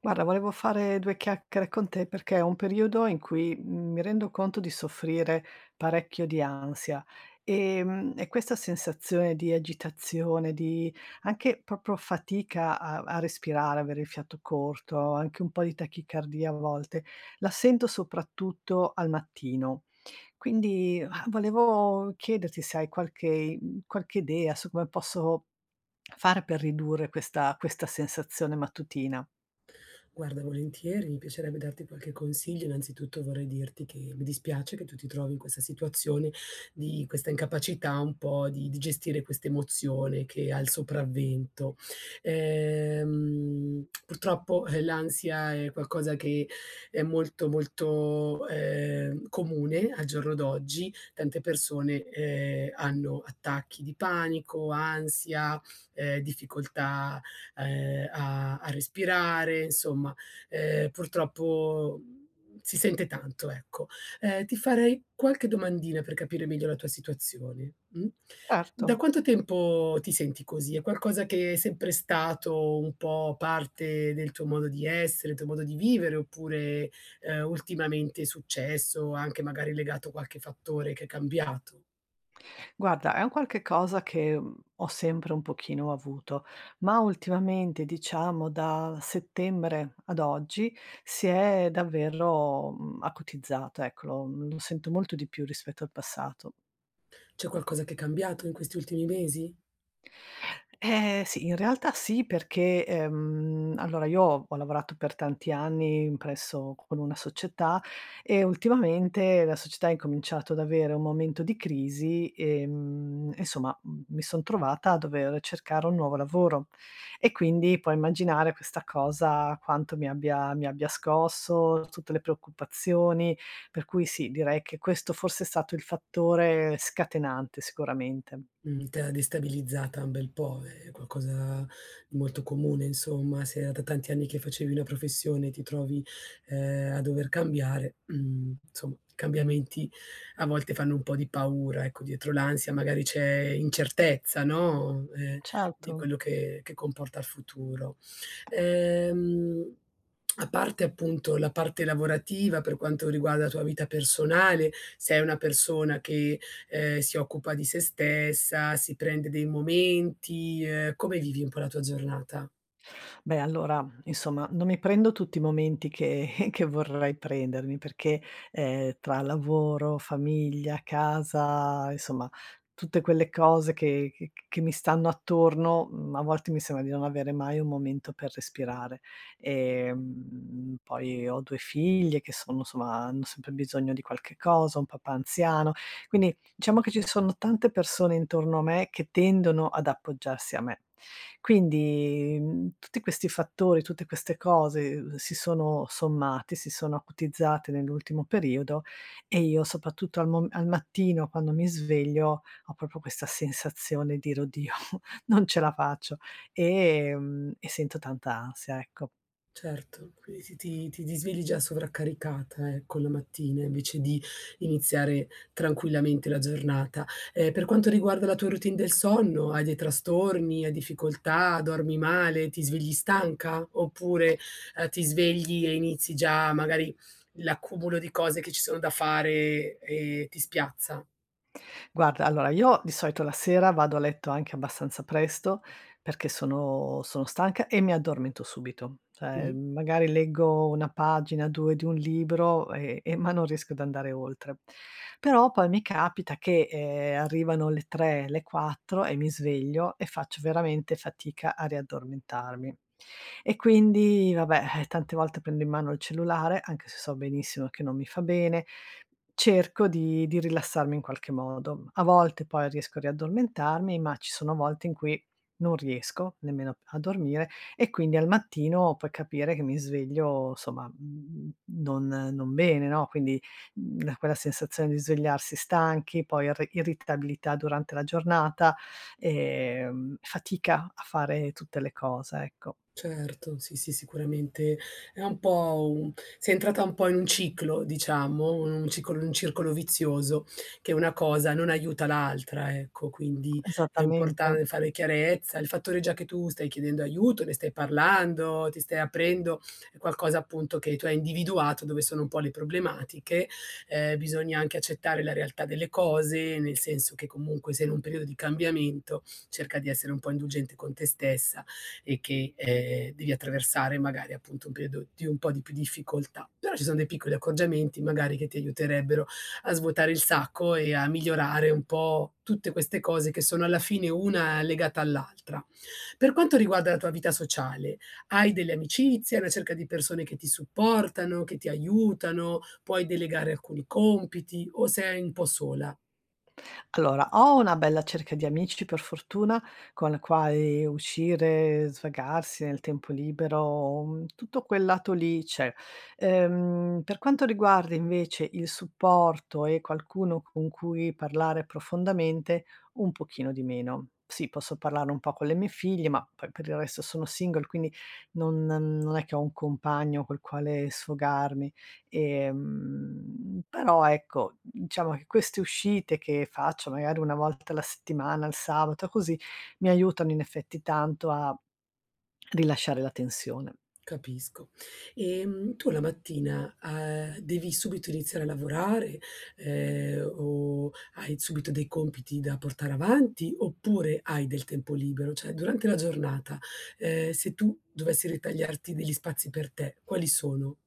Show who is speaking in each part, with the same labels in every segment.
Speaker 1: Guarda, volevo fare due chiacchiere con te perché è un periodo in cui mi rendo conto di soffrire parecchio di ansia, e questa sensazione di agitazione, di anche proprio fatica a respirare, avere il fiato corto, anche un po' di tachicardia a volte, la sento soprattutto al mattino. Quindi, volevo chiederti se hai qualche qualche idea su come posso fare per ridurre questa sensazione mattutina.
Speaker 2: Guarda, volentieri, mi piacerebbe darti qualche consiglio. Innanzitutto vorrei dirti che mi dispiace che tu ti trovi in questa situazione di questa incapacità un po' di gestire questa emozione che ha il sopravvento. Purtroppo, l'ansia è qualcosa che è molto, molto, comune al giorno d'oggi. Tante persone, hanno attacchi di panico, ansia, difficoltà a respirare, insomma, purtroppo si sente tanto, ecco. Ti farei qualche domandina per capire meglio la tua situazione, mh?
Speaker 1: Certo.
Speaker 2: Da quanto tempo ti senti così? È qualcosa che è sempre stato un po' parte del tuo modo di essere, il tuo modo di vivere, oppure, ultimamente è successo, anche magari legato a qualche fattore che è cambiato?
Speaker 1: Guarda, è un qualche cosa che, ho sempre un pochino avuto, ma ultimamente, diciamo da settembre ad oggi, si è davvero, acutizzata, ecco, lo sento molto di più rispetto al passato.
Speaker 2: C'è qualcosa che è cambiato in questi ultimi mesi?
Speaker 1: Eh sì, in realtà sì perché, allora io ho lavorato per tanti anni presso con una società e ultimamente la società ha incominciato ad avere un momento di crisi, e insomma, mi son trovata a dover cercare un nuovo lavoro. E quindi puoi immaginare questa cosa quanto mi abbia scosso, tutte le preoccupazioni, per cui sì, direi che questo forse è stato il fattore scatenante sicuramente.
Speaker 2: Mhmm, t'ha destabilizzata un bel po', è qualcosa di molto comune insomma, se era da tanti anni che facevi una professione, e ti trovi, a dover cambiare, mhmm, insomma i cambiamenti a volte fanno un po' di paura, ecco dietro l'ansia magari c'è incertezza, no, di
Speaker 1: Certo.
Speaker 2: quello che comporta il futuro. Ehm, A parte appunto la parte lavorativa, per quanto riguarda la tua vita personale, sei una persona che, si occupa di se stessa, si prende dei momenti, come vivi un po' la tua giornata?
Speaker 1: Beh, allora, insomma, non mi prendo tutti i momenti che che vorrei prendermi perché, tra lavoro, famiglia, casa, insomma, tutte quelle cose che mi stanno attorno, a volte mi sembra di non avere mai un momento per respirare. Poi ho due figlie che sono insomma, hanno sempre bisogno di qualche cosa, un papà anziano, quindi diciamo che ci sono tante persone intorno a me che tendono ad appoggiarsi a me. Quindi, tutti questi fattori, tutte queste cose, si sono sommate, si sono acutizzate nell'ultimo periodo e io soprattutto al mattino quando mi sveglio ho proprio questa sensazione di dire: "Oddio, non ce la faccio" e sento tanta ansia, ecco.
Speaker 2: Certo, quindi ti svegli già sovraccaricata, ecco, la mattina invece di iniziare tranquillamente la giornata. Per quanto riguarda la tua routine del sonno, hai dei trastorni, hai difficoltà, dormi male, ti svegli stanca? Oppure, ti svegli e inizi già magari l'accumulo di cose che ci sono da fare e ti spiazza?
Speaker 1: Guarda, allora io di solito la sera vado a letto anche abbastanza presto perché sono stanca e mi addormento subito. Cioè,
Speaker 2: Mh-mh.
Speaker 1: magari leggo una pagina, due di un libro, e ma non riesco ad andare oltre. Però poi mi capita che, arrivano le tre, le quattro e mi sveglio e faccio veramente fatica a riaddormentarmi. E quindi vabbè, tante volte prendo in mano il cellulare, anche se so benissimo che non mi fa bene. Cerco di rilassarmi in qualche modo. A volte poi riesco a riaddormentarmi, ma ci sono volte in cui non riesco nemmeno a dormire e quindi al mattino puoi capire che mi sveglio non non bene, no, quindi, quella sensazione di svegliarsi stanchi, poi ir irritabilità durante la giornata, fatica a fare tutte le cose, ecco.
Speaker 2: Certo, sì, sì, sicuramente è un po' un sei entrata un po' in un ciclo, diciamo, in un ciclo un circolo vizioso, che una cosa non aiuta l'altra, ecco. Quindi è
Speaker 1: Esattamente.
Speaker 2: importante fare chiarezza. Il fattore già che tu stai chiedendo aiuto, ne stai parlando, ti stai aprendo, è qualcosa appunto che tu hai individuato dove sono un po' le problematiche. Bisogna anche accettare la realtà delle cose, nel senso che comunque sei in un periodo di cambiamento, cerca di essere un po' indulgente con te stessa e che, devi attraversare magari appunto un periodo di un po' di più difficoltà. Però ci sono dei piccoli accorgimenti magari che ti aiuterebbero a svuotare il sacco e a migliorare un po' tutte queste cose che sono alla fine una legata all'altra. Per quanto riguarda la tua vita sociale, hai delle amicizie, una cerca di persone che ti supportano, che ti aiutano, puoi delegare alcuni compiti o sei un po' sola?
Speaker 1: Allora, ho una bella cerca di amici per fortuna, con la quali uscire, svagarsi nel tempo libero, tutto quel lato lì c'è. Per quanto riguarda invece il supporto e qualcuno con cui parlare profondamente, un pochino di meno. Sì, posso parlare un po' con le mie figlie, ma poi per il resto sono single, quindi non è che ho un compagno col quale sfogarmi. Però ecco, diciamo che queste uscite che faccio magari una volta alla settimana, il sabato, così, mi aiutano in effetti tanto a rilasciare la tensione.
Speaker 2: Capisco. Tu la mattina, devi subito iniziare a lavorare, o hai subito dei compiti da portare avanti, oppure hai del tempo libero? Cioè, durante la giornata, se tu dovessi ritagliarti degli spazi per te, quali sono?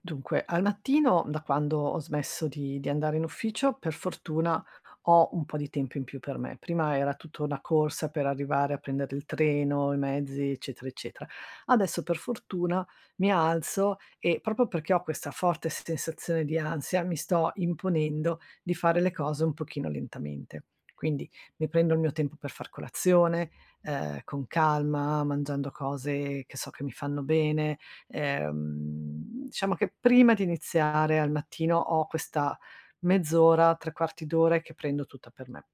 Speaker 1: Dunque, al mattino, da quando ho smesso di andare in ufficio, per fortuna ho un po' di tempo in più per me. Prima era tutta una corsa per arrivare a prendere il treno, i mezzi, eccetera, eccetera. Adesso, per fortuna, mi alzo e proprio perché ho questa forte sensazione di ansia, mi sto imponendo di fare le cose un pochino lentamente. Quindi mi prendo il mio tempo per far colazione, con calma, mangiando cose che so che mi fanno bene, Ehm, diciamo che prima di iniziare al mattino ho questa mezz'ora, 3/4 d'ora che prendo tutta per me.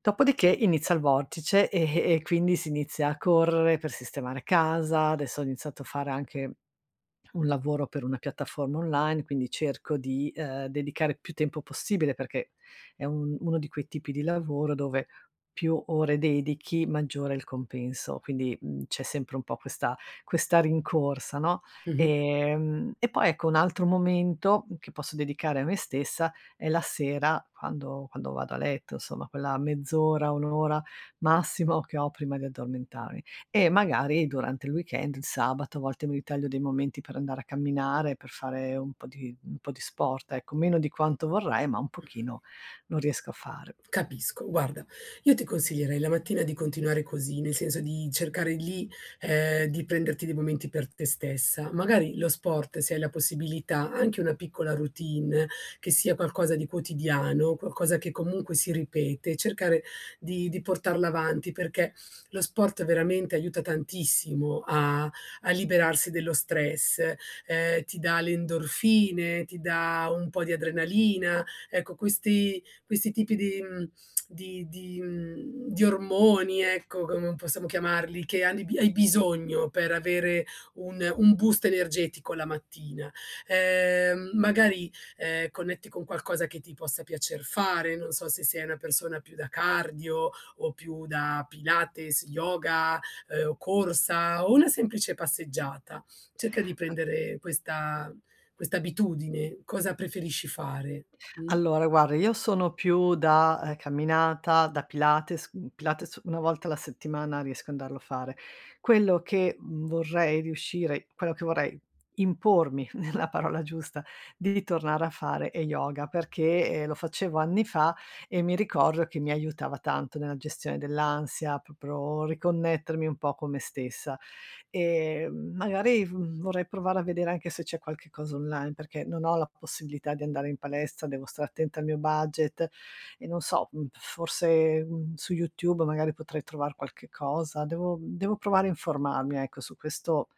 Speaker 1: Dopodiché inizia il vortice e quindi si inizia a correre per sistemare casa. Adesso ho iniziato a fare anche un lavoro per una piattaforma online, quindi cerco di, dedicare più tempo possibile perché è un uno di quei tipi di lavoro dove più ore dedichi, maggiore è il compenso, quindi, c'è sempre un po' questa rincorsa, no,
Speaker 2: Mh-mh.
Speaker 1: e poi ecco un altro momento che posso dedicare a me stessa è la sera quando vado a letto, insomma quella mezz'ora, un'ora ora massimo che ho prima di addormentarmi. E magari durante il weekend, il sabato, a volte mi ritaglio dei momenti per andare a camminare, per fare un po' di sport, ecco, meno di quanto vorrei, ma un pochino lo riesco a fare.
Speaker 2: Capisco. Guarda, io ti consiglierei la mattina di continuare così, nel senso di cercare lì, di prenderti dei momenti per te stessa. Magari lo sport, se hai la possibilità, anche una piccola routine, che sia qualcosa di quotidiano, qualcosa che comunque si ripete, cercare di portarla avanti, perché lo sport veramente aiuta tantissimo a liberarsi dello stress, ti dà le endorfine, ti dà un po' di adrenalina. Ecco, questi tipi di mhmm, di mhmm, di ormoni, ecco, come possiamo chiamarli, che hanno bi hai bisogno per avere un boost energetico la mattina. Magari, connetti con qualcosa che ti possa piacer fare, non so se sei una persona più da cardio o più da pilates, yoga, o corsa o una semplice passeggiata. Cerca di prendere questa abitudine. Cosa preferisci fare? Mh?
Speaker 1: Allora guarda, io sono più da, camminata, da Pilates, Pilates una volta alla settimana riesco ad andarlo a fare. Quello che vorrei impormi, è la parola giusta, di tornare a fare è yoga, perché, lo facevo anni fa e mi ricordo che mi aiutava tanto nella gestione dell'ansia, proprio riconnettermi un po' con me stessa. Magari, vorrei provare a vedere anche se c'è qualche cosa online, perché non ho la possibilità di andare in palestra, devo stare attenta al mio budget e non so, forse, su YouTube magari potrei trovar qualche cosa. Devo provare a informarmi, ecco, su questo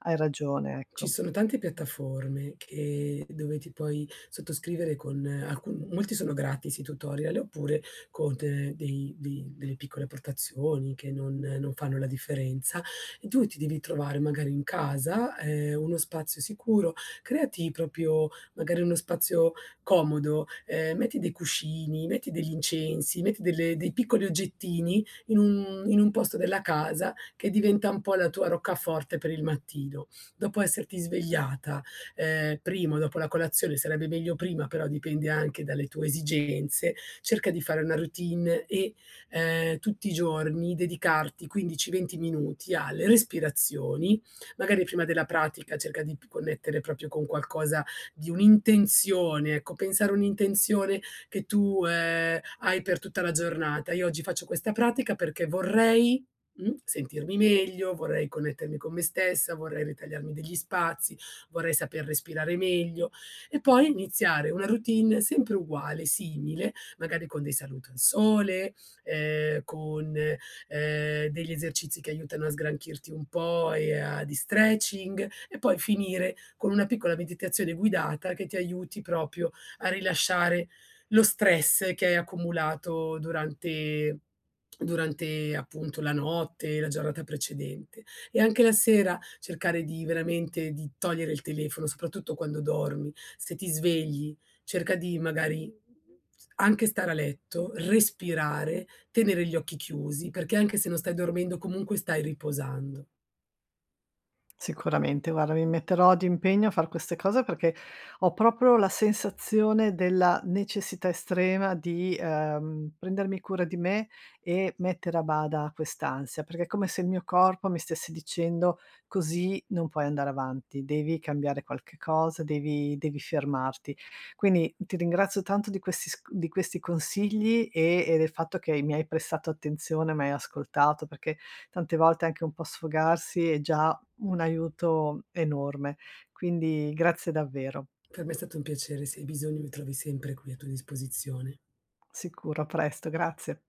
Speaker 1: hai ragione,
Speaker 2: Ci
Speaker 1: ecco.
Speaker 2: sono tante piattaforme che dove ti puoi sottoscrivere con alcun molti sono gratis i tutorial oppure con dei delle piccole portazioni che non fanno la differenza, e tu ti devi trovare magari in casa, uno spazio sicuro, creati proprio magari uno spazio comodo, metti dei cuscini, metti degli incensi, metti delle dei piccoli oggettini in un posto della casa che diventa un po' la tua roccaforte per il mattino dopo esserti svegliata, prima o dopo la colazione, sarebbe meglio prima, però dipende anche dalle tue esigenze, cerca di fare una routine e, tutti i giorni dedicarti 15, 20 minuti alle respirazioni, magari prima della pratica cerca di p connettere proprio con qualcosa di un'intenzione, ecco, pensare a un'intenzione che tu, hai per tutta la giornata. "Io oggi faccio questa pratica perché vorrei. Sentirmi meglio, vorrei connettermi con me stessa, vorrei ritagliarmi degli spazi, vorrei saper respirare meglio e poi iniziare una routine sempre uguale, simile, magari con dei saluti al sole, con, degli esercizi che aiutano a sgranchirti un po' e a di stretching e poi finire con una piccola meditazione guidata che ti aiuti proprio a rilasciare lo stress che hai accumulato durante durante appunto la notte, la giornata precedente. E anche la sera cercare di veramente di togliere il telefono, soprattutto quando dormi. Se ti svegli, cerca di magari anche stare a letto, respirare, tenere gli occhi chiusi, perché anche se non stai dormendo comunque stai riposando.
Speaker 1: Sicuramente, guarda, mi metterò di impegno a far queste cose perché ho proprio la sensazione della necessità estrema di, prendermi cura di me e mettere a bada quest'ansia, perché è come se il mio corpo mi stesse dicendo: "Così non puoi andare avanti, devi cambiare qualche cosa, devi fermarti". Quindi ti ringrazio tanto di questi consigli e del fatto che mi hai prestato attenzione, mi hai ascoltato, perché tante volte anche un po' sfogarsi è già un aiuto enorme. Quindi grazie davvero.
Speaker 2: Per me è stato un piacere, se hai bisogno mi trovi sempre qui a tua disposizione.
Speaker 1: Sicuro, a presto, grazie.